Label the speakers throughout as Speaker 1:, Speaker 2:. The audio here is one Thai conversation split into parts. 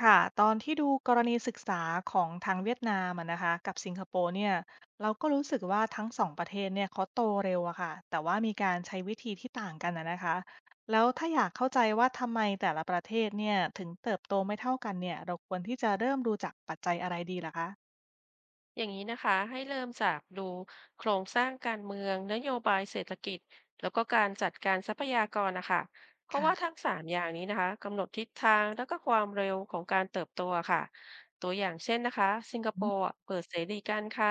Speaker 1: ค่ะตอนที่ดูกรณีศึกษาของทางเวียดนามอะนะคะกับสิงคโปร์เนี่ยเราก็รู้สึกว่าทั้งสองประเทศเนี่ยเขาโตเร็วอะค่ะแต่ว่ามีการใช้วิธีที่ต่างกันอะนะคะแล้วถ้าอยากเข้าใจว่าทำไมแต่ละประเทศเนี่ยถึงเติบโตไม่เท่ากันเนี่ยเราควรที่จะเริ่มดูจากปัจจัยอะไรดีล่ะคะ
Speaker 2: อย่างนี้นะคะให้เริ่มจากดูโครงสร้างการเมืองนโยบายเศรษฐกิจแล้วก็การจัดการทรัพยากรนะคะเพราะว่า
Speaker 1: ค่ะ
Speaker 2: ทั้งสามอย่างนี้นะคะกำหนดทิศทางแล้วก็ความเร็วของการเติบโตค่ะตัวอย่างเช่นนะคะสิงคโป
Speaker 1: อื
Speaker 2: ร์
Speaker 1: ม
Speaker 2: อะเปิดเสรีการค้า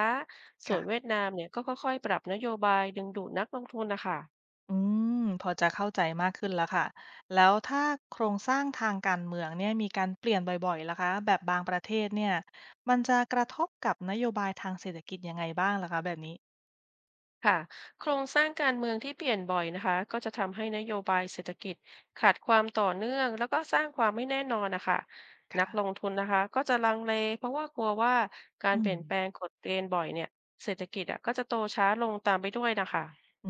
Speaker 2: ส่ว
Speaker 1: ค่ะ
Speaker 2: นเวียดนามเนี่ยก็ค่อยๆปรับนโยบายดึงดูดนักลงทุนนะคะ
Speaker 1: อืมพอจะเข้าใจมากขึ้นแล้วค่ะแล้วถ้าโครงสร้างทางการเมืองเนี่ยมีการเปลี่ยนบ่อยๆล่ะคะแบบบางประเทศเนี่ยมันจะกระทบกับนโยบายทางเศรษฐกิจยังไงบ้างล่ะคะแบบนี้
Speaker 2: ค่ะโครงสร้างการเมืองที่เปลี่ยนบ่อยนะคะก็จะทำให้นโยบายเศรษฐกิจขาดความต่อเนื่องแล้วก็สร้างความไม่แน่นอนนะคะนัก
Speaker 1: ค่ะ
Speaker 2: ลงทุนนะคะก็จะลังเลเพราะว่ากลัวว่าการ
Speaker 1: อื
Speaker 2: เป
Speaker 1: ม
Speaker 2: ลี่ยนแปลงกฎเกณฑ์บ่อยเนี่ยเศรษฐกิจอ่ะก็จะโตช้าลงตามไปด้วยนะคะ
Speaker 1: อื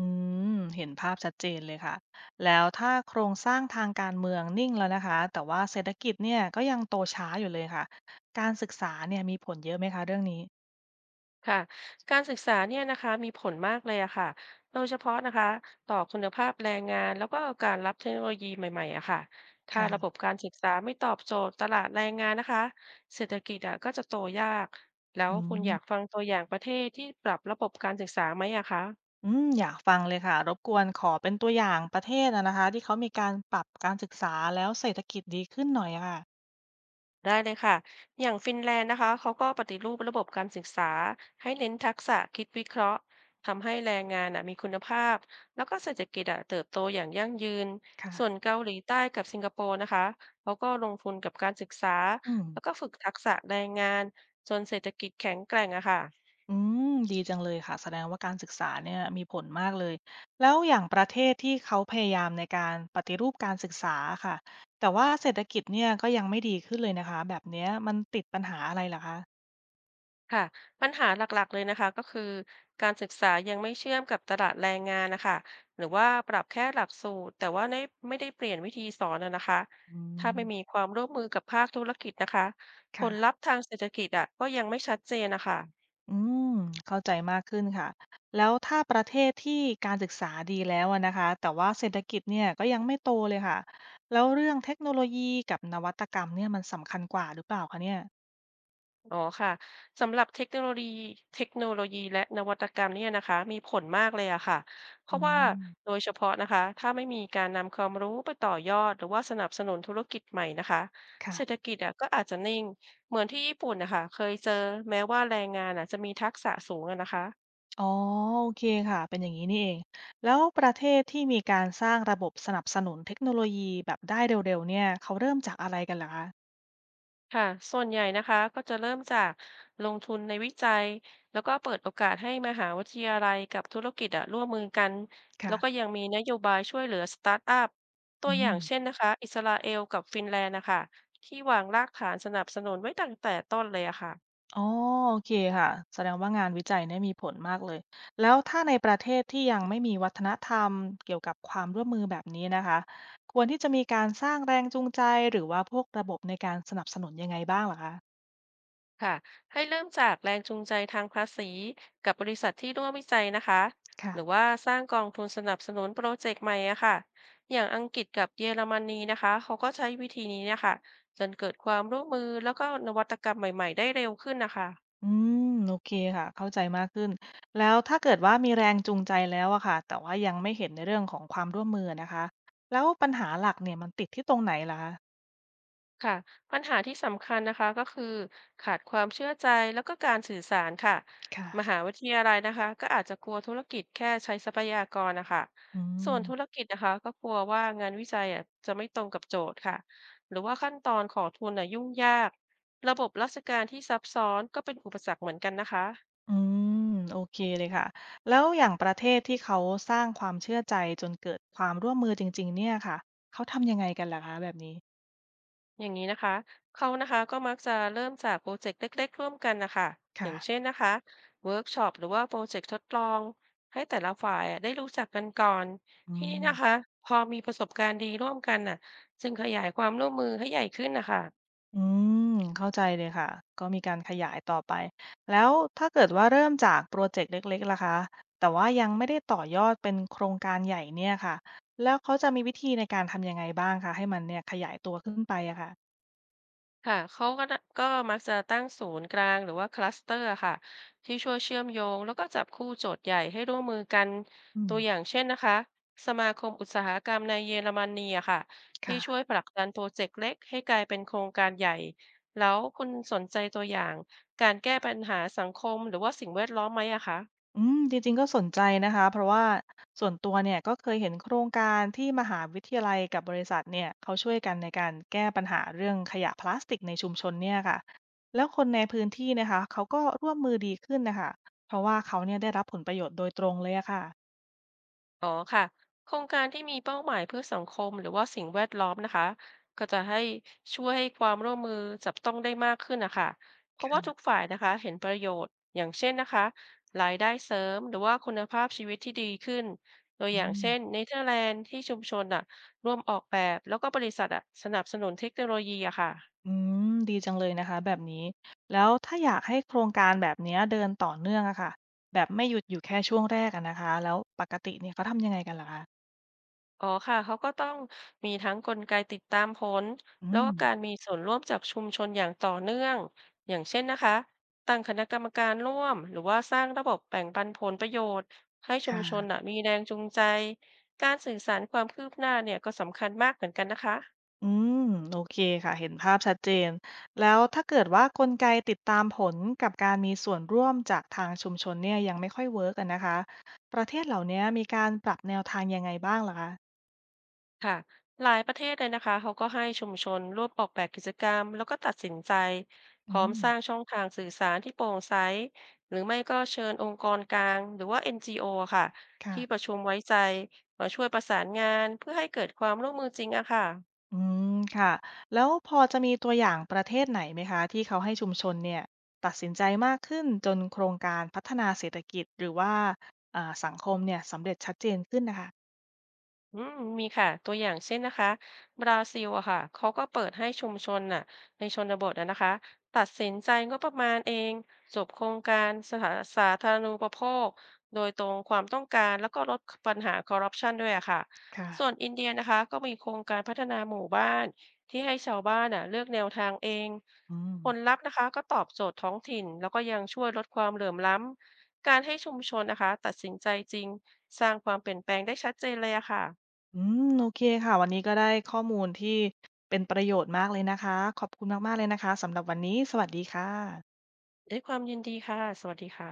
Speaker 1: มเห็นภาพชัดเจนเลยค่ะแล้วถ้าโครงสร้างทางการเมืองนิ่งแล้วนะคะแต่ว่าเศรษฐกิจเนี่ยก็ยังโตช้าอยู่เลยค่ะการศึกษาเนี่ยมีผลเยอะไหมคะเรื่องนี้
Speaker 2: ค่ะการศึกษาเนี่ยนะคะมีผลมากเลยอะค่ะโดยเฉพาะนะคะต่อคุณภาพแรงงานแล้วก็การรับเทคโนโลยีใหม่ๆอะค่ะถ้าระบบ
Speaker 1: ค่ะ
Speaker 2: การศึกษาไม่ตอบโจทย์ตลาดแรงงานนะคะเศรษฐกิจอะก็จะโตยากแล้ว
Speaker 1: อื
Speaker 2: คุณอยา
Speaker 1: ม
Speaker 2: กฟังตัวอย่างประเทศที่ปรับระบบการศึกษาไหมอะคะ
Speaker 1: อืมอยากฟังเลยค่ะรบกวนขอเป็นตัวอย่างประเทศอะนะคะที่เขามีการปรับการศึกษาแล้วเศรษฐกิจดีขึ้นหน่อยอะค่ะ
Speaker 2: ได้เลยค่ะ อย่างฟินแลนด์นะคะ เขาก็ปฏิรูประบบการศึกษาให้เน้นทักษะคิดวิเคราะห์ ทำให้แรงงานน่ะมีคุณภาพ แล้วก็เศรษฐกิจอะเติบโตอย่างยั่งยืน ส่วน
Speaker 1: ค่ะ
Speaker 2: เกาหลีใต้กับสิงคโปร์นะคะ เขาก็ลงทุนกับการศึกษา
Speaker 1: อืม
Speaker 2: แล้วก็ฝึกทักษะแรงงานจนเศรษฐกิจแข็งแกร่งอะค่ะ
Speaker 1: อืมดีจังเลยค่ะแสดงว่าการศึกษาเนี่ยมีผลมากเลยแล้วอย่างประเทศที่เขาพยายามในการปฏิรูปการศึกษาค่ะแต่ว่าเศรษฐกิจเนี่ยก็ยังไม่ดีขึ้นเลยนะคะแบบเนี้ยมันติดปัญหาอะไรเหรอคะ
Speaker 2: ค่ะปัญหาหลักๆเลยนะคะก็คือการศึกษายังไม่เชื่อมกับตลาดแรงงานนะคะหรือว่าปรับแค่หลักสูตรแต่ว่าไม่ได้เปลี่ยนวิธีสอนอะนะคะ
Speaker 1: อื
Speaker 2: ถ้า
Speaker 1: ม
Speaker 2: ไม่มีความร่วมมือกับภาคธุรกิจนะคะผลลั
Speaker 1: ค่ะ
Speaker 2: พธ์ทางเศรษฐกิจอะก็ยังไม่ชัดเจนนะคะ
Speaker 1: อืมเข้าใจมากขึ้นค่ะแล้วถ้าประเทศที่การศึกษาดีแล้วอะนะคะแต่ว่าเศรษฐกิจเนี่ยก็ยังไม่โตเลยค่ะแล้วเรื่องเทคโนโลยีกับนวัตกรรมเนี่ยมันสำคัญกว่าหรือเปล่าคะเนี่ย
Speaker 2: อ๋อค่ะสำหรับเทคโนโลยีและนวัตกรรมเนี่ยนะคะมีผลมากเลยอะค่ะเพ
Speaker 1: อื
Speaker 2: ราะว่า
Speaker 1: ม
Speaker 2: โดยเฉพาะนะคะถ้าไม่มีการนำความรู้ไปต่อยอดหรือว่าสนับสนุนธุรกิจใหม่นะคะเศรษฐ
Speaker 1: ค่ะ
Speaker 2: กิจอะก็อาจจะนิ่งเหมือนที่ญี่ปุ่นนะคะเคยเจอแม้ว่าแรงงานอะจะมีทักษะสูงอะนะคะ
Speaker 1: อ๋อโอเคค่ะเป็นอย่างนี้นี่เองแล้วประเทศที่มีการสร้างระบบสนับสนุนเทคโนโลยีแบบได้เร็วๆเนี่ยเขาเริ่มจากอะไรกันล่ะคะ
Speaker 2: ค่ะส่วนใหญ่นะคะก็จะเริ่มจากลงทุนในวิจัย แล้วก็เปิดโอกาสให้มหาวิทยาลัยกับธุรกิจอะร่วมมือกัน แล้วก็
Speaker 1: ค่ะ
Speaker 2: ยังมีนโยบายช่วยเหลือสตาร์ทอัพ ตั
Speaker 1: อื
Speaker 2: วอย่าง
Speaker 1: ม
Speaker 2: เช่นนะคะอิสราเอลกับฟินแลนด์นะคะที่วางรากฐานสนับสนุนไว้ตั้งแต่ต้นเลยอะค่ะ
Speaker 1: อ๋อโอเคค่ะแสดงว่างานวิจัยเนี่ยมีผลมากเลยแล้วถ้าในประเทศที่ยังไม่มีวัฒนธรรมเกี่ยวกับความร่วมมือแบบนี้นะคะควรที่จะมีการสร้างแรงจูงใจหรือว่าพวกระบบในการสนับสนุนยังไงบ้างเหรอคะ
Speaker 2: ค่ะให้เริ่มจากแรงจูงใจทางภาษีกับบริษัทที่ร่วมวิจัยนะคะหรือ
Speaker 1: ค่ะ
Speaker 2: ว่าสร้างกองทุนสนับสนุนโปรเจกต์ใหม่อะค่ะอย่างอังกฤษกับเยอรมนีนะคะเขาก็ใช้วิธีนี้เนะคะจนเกิดความร่วมมือแล้วก็นวัตกรรมใหม่ๆได้เร็วขึ้นนะคะ
Speaker 1: อืมโอเคค่ะเข้าใจมากขึ้นแล้วถ้าเกิดว่ามีแรงจูงใจแล้วอะค่ะแต่ว่ายังไม่เห็นในเรื่องของความร่วมมือนะคะแล้วปัญหาหลักเนี่ยมันติดที่ตรงไหนล่ะคะ
Speaker 2: ค่ะปัญหาที่สำคัญนะคะก็คือขาดความเชื่อใจแล้วก็การสื่อสารค่ะ
Speaker 1: ค่ะ
Speaker 2: มหาวิทยาลัยนะคะก็อาจจะกลัวธุรกิจแค่ใช้ทรัพยากรนะคะ
Speaker 1: อื
Speaker 2: ส่วนธุ
Speaker 1: ม
Speaker 2: รกิจนะคะก็กลัวว่างานวิจัยอ่ะจะไม่ตรงกับโจทย์ค่ะหรือว่าขั้นตอนของทุนอ่ะยุ่งยากระบบราชการที่ซับซ้อนก็เป็นอุปสรรคเหมือนกันนะคะ
Speaker 1: อืมโอเคเลยค่ะแล้วอย่างประเทศที่เขาสร้างความเชื่อใจจนเกิดความร่วมมือจริงๆเนี่ยค่ะเขาทำยังไงกันล่ะคะแบบนี้
Speaker 2: อย่างนี้นะคะเขานะคะก็มักจะเริ่มจากโปรเจกต์เล็กๆร่วมกันนะคะ อย่างเช่
Speaker 1: ค่ะ
Speaker 2: นนะคะเวิร์กช็อปหรือว่าโปรเจกต์ทดลองให้แต่ละฝ่ายอะได้รู้จักกันก่อน
Speaker 1: อื
Speaker 2: ที่นี่
Speaker 1: ม
Speaker 2: นะคะพอมีประสบการณ์ดีร่วมกันน่ะจึงขยายความร่วมมือให้ใหญ่ขึ้นนะคะ
Speaker 1: อืมเข้าใจเลยค่ะก็มีการขยายต่อไปแล้วถ้าเกิดว่าเริ่มจากโปรเจกต์เล็กๆล่ะคะแต่ว่ายังไม่ได้ต่อยอดเป็นโครงการใหญ่เนี่ยค่ะแล้วเขาจะมีวิธีในการทำยังไงบ้างคะให้มันเนี่ยขยายตัวขึ้นไปอะค่ะ
Speaker 2: ค่ะเขาก็น่ะก็มักจะตั้งศูนย์กลางหรือว่าคลัสเตออ์ค่ะที่ช่วยเชื่อมโยงแล้วก็จับคู่โจทย์ใหญ่ให้ร่วมมือกัน
Speaker 1: อื
Speaker 2: ตัวอย่า
Speaker 1: ม
Speaker 2: งเช่นนะคะสมาคมอุตสาหกรรมในเยอรมนีอะค่ะที่ช่ว
Speaker 1: ค่ะ
Speaker 2: ยผลักดันโปรเจกต์เล็กให้กลายเป็นโครงการใหญ่แล้วคุณสนใจตัวอย่างการแก้ปัญหาสังคมหรือว่าสิ่งแวดล้อมไหมอะคะ
Speaker 1: อืมจริงๆก็สนใจนะคะเพราะว่าส่วนตัวเนี่ยก็เคยเห็นโครงการที่มหาวิทยาลัยกับบริษัทเนี่ยเขาช่วยกันในการแก้ปัญหาเรื่องขยะพลาสติกในชุมชนเนี่ยค่ะแล้วคนในพื้นที่นะคะเขาก็ร่วมมือดีขึ้นนะคะเพราะว่าเขาเนี่ยได้รับผลประโยชน์โดยตรงเลยอะค่ะ
Speaker 2: อ๋อค่ะโครงการที่มีเป้าหมายเพื่อสังคมหรือว่าสิ่งแวดล้อมนะคะก็จะให้ช่วยให้ความร่วมมือจับต้องได้มากขึ้นนะคะเพราะว่าทุกฝ่ายนะคะเห็นประโยชน์อย่างเช่นนะคะรายได้เสริมหรือว่าคุณภาพชีวิตที่ดีขึ้นตัวอ
Speaker 1: อื
Speaker 2: ย่าง
Speaker 1: ม
Speaker 2: เช่นเนเธอร์แลนด์ที่ชุมชนอ่ะร่วมออกแบบแล้วก็บริษัทอ่ะสนับสนุนเทคโนโลยีอะค่ะ
Speaker 1: อืมดีจังเลยนะคะแบบนี้แล้วถ้าอยากให้โครงการแบบเนี้ยเดินต่อเนื่องอะค่ะแบบไม่หยุดอยู่แค่ช่วงแรกอะนะคะแล้วปกติเนี่ยเขาทำยังไงกันล่ะคะ
Speaker 2: อ๋อค่ะเขาก็ต้องมีทั้งกลไกติดตามผล
Speaker 1: อื
Speaker 2: แล้ว
Speaker 1: ม
Speaker 2: ก็การมีส่วนร่วมจากชุมชนอย่างต่อเนื่องอย่างเช่นนะคะตั้งคณะกรรมการร่วมหรือว่าสร้างระบบแบ่งปันผลประโยชน์ให้ชุมชนน่ะ
Speaker 1: ค่ะ
Speaker 2: มีแรงจูงใจการสื่อสารความคืบหน้าเนี่ยก็สำคัญมากเหมือนกันนะคะ
Speaker 1: อืมโอเคค่ะเห็นภาพชัดเจนแล้วถ้าเกิดว่ากลไกติดตามผลกับการมีส่วนร่วมจากทางชุมชนเนี่ยยังไม่ค่อยเวิร์กอะนนะคะประเทศเหล่านี้มีการปรับแนวทางยังไงบ้างล่ะคะ
Speaker 2: ค่ะหลายประเทศเลยนะคะเขาก็ให้ชุมชนร่วมออกแบบกิจกรรมแล้วก็ตัดสินใจพร้
Speaker 1: อื
Speaker 2: อม
Speaker 1: ม
Speaker 2: สร้างช่องทางสื่อสารที่โปร่งใสหรือไม่ก็เชิญองค์กรกลางหรือว่า NGO ค่ะที่ป
Speaker 1: ค่ะ
Speaker 2: ระชุมไว้ใจมาช่วยประสานงานเพื่อให้เกิดความร่วมมือจริงอะค่ะ
Speaker 1: อืมค่ะแล้วพอจะมีตัวอย่างประเทศไหนไหมคะที่เขาให้ชุมชนเนี่ยตัดสินใจมากขึ้นจนโครงการพัฒนาเศรษฐกิจหรือว่าสังคมเนี่ยสำเร็จชัดเจนขึ้นนะคะ
Speaker 2: อืมมีค่ะตัวอย่างเช่นนะคะบราซิลอะค่ะเขาก็เปิดให้ชุมชนน่ะในชนบทอะนะคะตัดสินใจงบประมาณเองจบโครงการสาสาธารณูปโภคโดยตรงความต้องการแล้วก็ลดปัญหาคอร์รัปชันด้วยอะค่ะ
Speaker 1: ค่ะ
Speaker 2: ส่วนอินเดียนะคะก็มีโครงการพัฒนาหมู่บ้านที่ให้ชาวบ้านน่ะเลือกแนวทางเอง
Speaker 1: อืม
Speaker 2: ผลลัพธ์นะคะก็ตอบโจทย์ท้องถิ่นแล้วก็ยังช่วยลดความเหลื่อมล้ำการให้ชุมชนนะคะตัดสินใจจริงสร้างความเปลี่ยนแปลงได้ชัดเจนเลยอะค่ะ
Speaker 1: อืมโอเคค่ะวันนี้ก็ได้ข้อมูลที่เป็นประโยชน์มากเลยนะคะขอบคุณมากๆเลยนะคะสำหรับวันนี้สวัสดีค่ะ
Speaker 2: ด้วยความยินดีค่ะสวัสดีค่ะ